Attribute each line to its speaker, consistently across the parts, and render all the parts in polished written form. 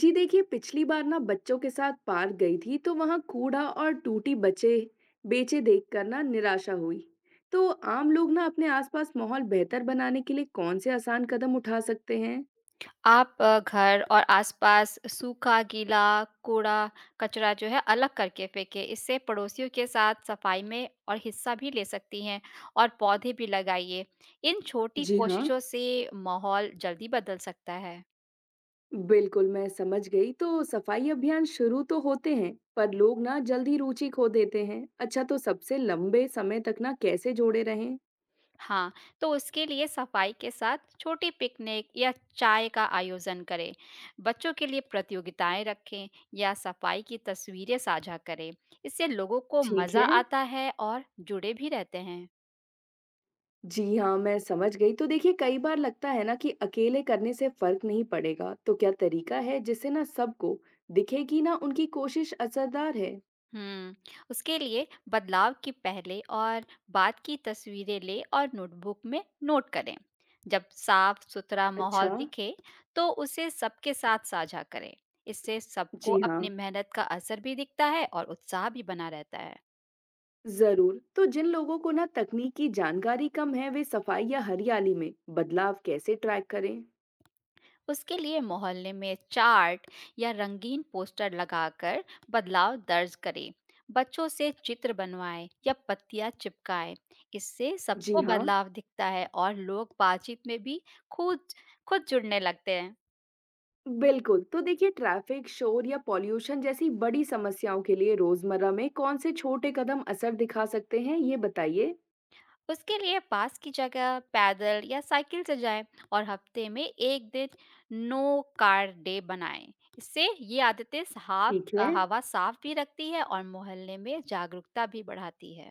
Speaker 1: जी देखिए, पिछली बार ना बच्चों के साथ पार्क गई थी तो वहां कूड़ा और टूटी बचे बेचे देखकर ना निराशा हुई। तो आम लोग ना अपने आसपास माहौल बेहतर बनाने के लिए कौन से आसान कदम उठा सकते हैं।
Speaker 2: आप घर और आसपास सूखा, गीला, कूड़ा, कचरा जो है अलग करके फेंकें। इससे पड़ोसियों के साथ सफाई में और हिस्सा भी ले सकती हैं और पौधे भी लगाइए। इन छोटी
Speaker 1: जी हाँ।
Speaker 2: कोशिशों से माहौल जल्दी बदल सकता है।
Speaker 1: बिल्कुल, मैं समझ गई। तो सफाई अभियान शुरू तो होते हैं पर लोग ना जल्दी रुचि खो देते हैं। अच्छा, तो सबसे लंबे समय तक ना कैसे जोड़े रहें।
Speaker 2: हाँ, तो उसके लिए सफाई के साथ छोटी पिकनिक या चाय का आयोजन करें। बच्चों के लिए प्रतियोगिताएं रखें या सफाई की तस्वीरें साझा करें। इससे लोगों को
Speaker 1: ठीक
Speaker 2: मज़ा
Speaker 1: है।
Speaker 2: आता है और जुड़े भी रहते हैं।
Speaker 1: जी हाँ, मैं समझ गई। तो देखिए, कई बार लगता है ना कि अकेले करने से फ़र्क नहीं पड़ेगा, तो क्या तरीका है जिससे ना सबको दिखे कि ना उनकी कोशिश असरदार है?
Speaker 2: हुँ। उसके लिए बदलाव के पहले और बाद की तस्वीरें लें और नोटबुक में नोट करें। जब साफ-सुथरा
Speaker 1: अच्छा।
Speaker 2: माहौल दिखे, तो उसे सबके साथ साझा करें। इससे सबको
Speaker 1: जी
Speaker 2: अपनी
Speaker 1: हाँ,
Speaker 2: मेहनत का असर भी दिखता है और उत्साह भी बना रहता है।
Speaker 1: ज़रूर। तो जिन लोगों को ना तकनीक की जानकारी कम है, वे सफाई या हरियाली में बदलाव कैसे ट्रैक करें?
Speaker 2: उसके लिए मोहल्ले में चार्ट या रंगीन पोस्टर लगाकर बदलाव दर्ज करें। बच्चों से चित्र बनवाएं या पत्तियां चिपकाएं। इससे
Speaker 1: जी
Speaker 2: सबको
Speaker 1: हाँ,
Speaker 2: बदलाव दिखता है और लोग बातचीत में भी खुद खुद जुड़ने लगते हैं।
Speaker 1: बिल्कुल। तो देखिए, ट्रैफिक, शोर या पॉल्यूशन जैसी बड़ी समस्याओं के लिए रोज़मर्रा में कौन से छोटे कदम असर दिखा सकते हैं, ये बताइए।
Speaker 2: उसके लिए पास की जगह पैदल या साइकिल से जाएं और हफ्ते में एक दिन नो कार डे बनाएं। इससे ये आदतें साफ
Speaker 1: ठीक है।
Speaker 2: हवा साफ भी रखती है और मोहल्ले में जागरूकता भी बढ़ाती है।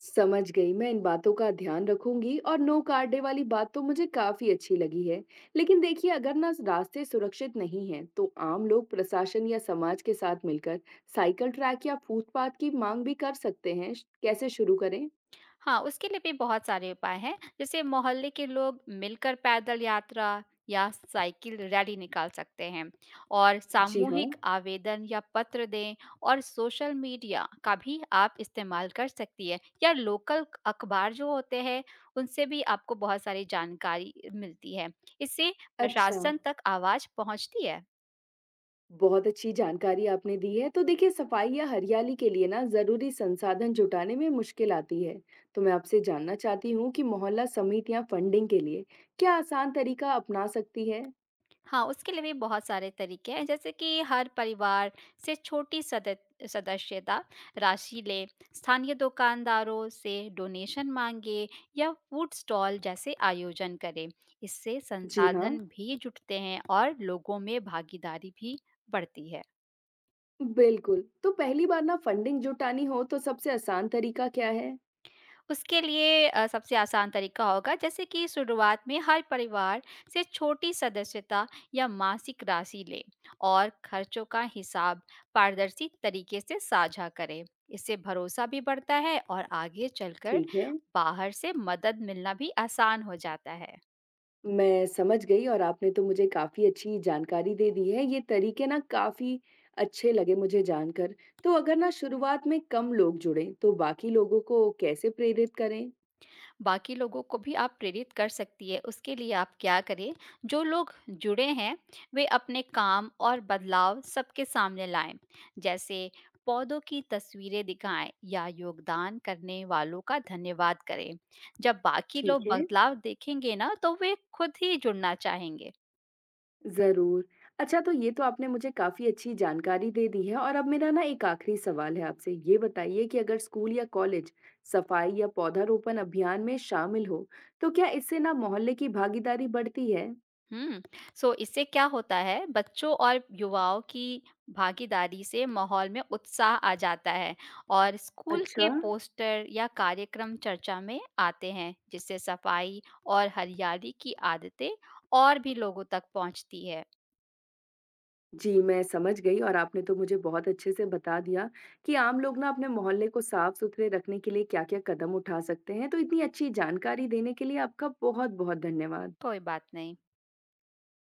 Speaker 1: समझ गई। मैं इन बातों का ध्यान रखूंगी और नो कार्ड डे वाली बात तो मुझे काफी अच्छी लगी है। लेकिन देखिए, अगर ना रास्ते सुरक्षित नहीं हैं तो आम लोग प्रशासन या समाज के साथ मिलकर साइकिल ट्रैक या फुटपाथ की मांग भी कर सकते हैं। कैसे शुरू करें?
Speaker 2: हाँ, उसके लिए भी बहुत सारे उपाय हैं। जैसे मोहल्ले के लोग मिलकर पैदल यात्रा या साइकिल रैली निकाल सकते हैं और
Speaker 1: जी हाँ।
Speaker 2: सामूहिक आवेदन या पत्र दें। और सोशल मीडिया का भी आप इस्तेमाल कर सकती है या लोकल अखबार जो होते हैं, उनसे भी आपको बहुत सारी जानकारी मिलती है। इससे
Speaker 1: अच्छा,
Speaker 2: प्रशासन तक आवाज़ पहुँचती है।
Speaker 1: बहुत अच्छी जानकारी आपने दी है। तो देखिए, सफाई या हरियाली के लिए ना जरूरी संसाधन जुटाने में मुश्किल आती है, तो मैं आपसे जानना चाहती हूँ कि मोहल्ला समितियाँ फंडिंग के लिए क्या आसान तरीका अपना सकती है।
Speaker 2: हाँ, उसके लिए भी बहुत सारे तरीके हैं, जैसे कि हर परिवार से छोटी सदत सदस्यता राशि ले, स्थानीय दुकानदारों से डोनेशन मांगे या फूड स्टॉल जैसे आयोजन करें। इससे
Speaker 1: जी हाँ,
Speaker 2: संसाधन भी जुटते हैं और लोगों में भागीदारी भी बढ़ती है।
Speaker 1: बिल्कुल। तो पहली बार ना फंडिंग जुटानी हो तो सबसे आसान तरीका क्या है?
Speaker 2: उसके लिए सबसे आसान तरीका होगा, जैसे कि शुरुआत में हर परिवार से छोटी सदस्यता या मासिक राशि ले और खर्चों का हिसाब पारदर्शी तरीके से साझा करें। इससे भरोसा भी बढ़ता है और आगे चलकर
Speaker 1: ठीक है,
Speaker 2: बाहर से मदद मिलना भी आसान हो जाता है।
Speaker 1: मैं समझ गई। और आपने तो मुझे काफ़ी अच्छी जानकारी दे दी है। ये तरीके ना काफ़ी अच्छे लगे मुझे जानकर। तो अगर ना शुरुआत में कम लोग जुड़ें, तो बाकी लोगों को कैसे प्रेरित करें?
Speaker 2: बाकी लोगों को भी आप प्रेरित कर सकती है। उसके लिए आप क्या करें, जो लोग जुड़े हैं, वे अपने काम और बदलाव सबके सामने लाएँ। जैसे पौधों की तस्वीरें दिखाएँ या योगदान करने वालों का धन्यवाद करें। जब बाकी लोग
Speaker 1: ठीक है।
Speaker 2: बदलाव देखेंगे ना, तो वे खुद ही जुड़ना चाहेंगे।
Speaker 1: ज़रूर। अच्छा, तो ये तो आपने मुझे काफ़ी अच्छी जानकारी दे दी है और अब मेरा ना एक आखिरी सवाल है आपसे। ये बताइए कि अगर स्कूल या कॉलेज सफाई या पौधारोपण अभियान में शामिल हो, तो क्या इससे ना मोहल्ले की भागीदारी बढ़ती है?
Speaker 2: हुँ। सो इससे क्या होता है, बच्चों और युवाओं की भागीदारी से माहौल में उत्साह आ जाता है। और स्कूल के
Speaker 1: अच्छा।
Speaker 2: पोस्टर या कार्यक्रम चर्चा में आते हैं, जिससे सफाई और हरियाली की आदतें और भी लोगों तक पहुंचती है।
Speaker 1: जी, मैं समझ गई और आपने तो मुझे बहुत अच्छे से बता दिया कि आम लोग ना अपने मोहल्ले को साफ-सुथरे रखने के लिए क्या-क्या कदम उठा सकते हैं। तो इतनी अच्छी जानकारी देने के लिए आपका बहुत-बहुत धन्यवाद।
Speaker 2: कोई बात नहीं।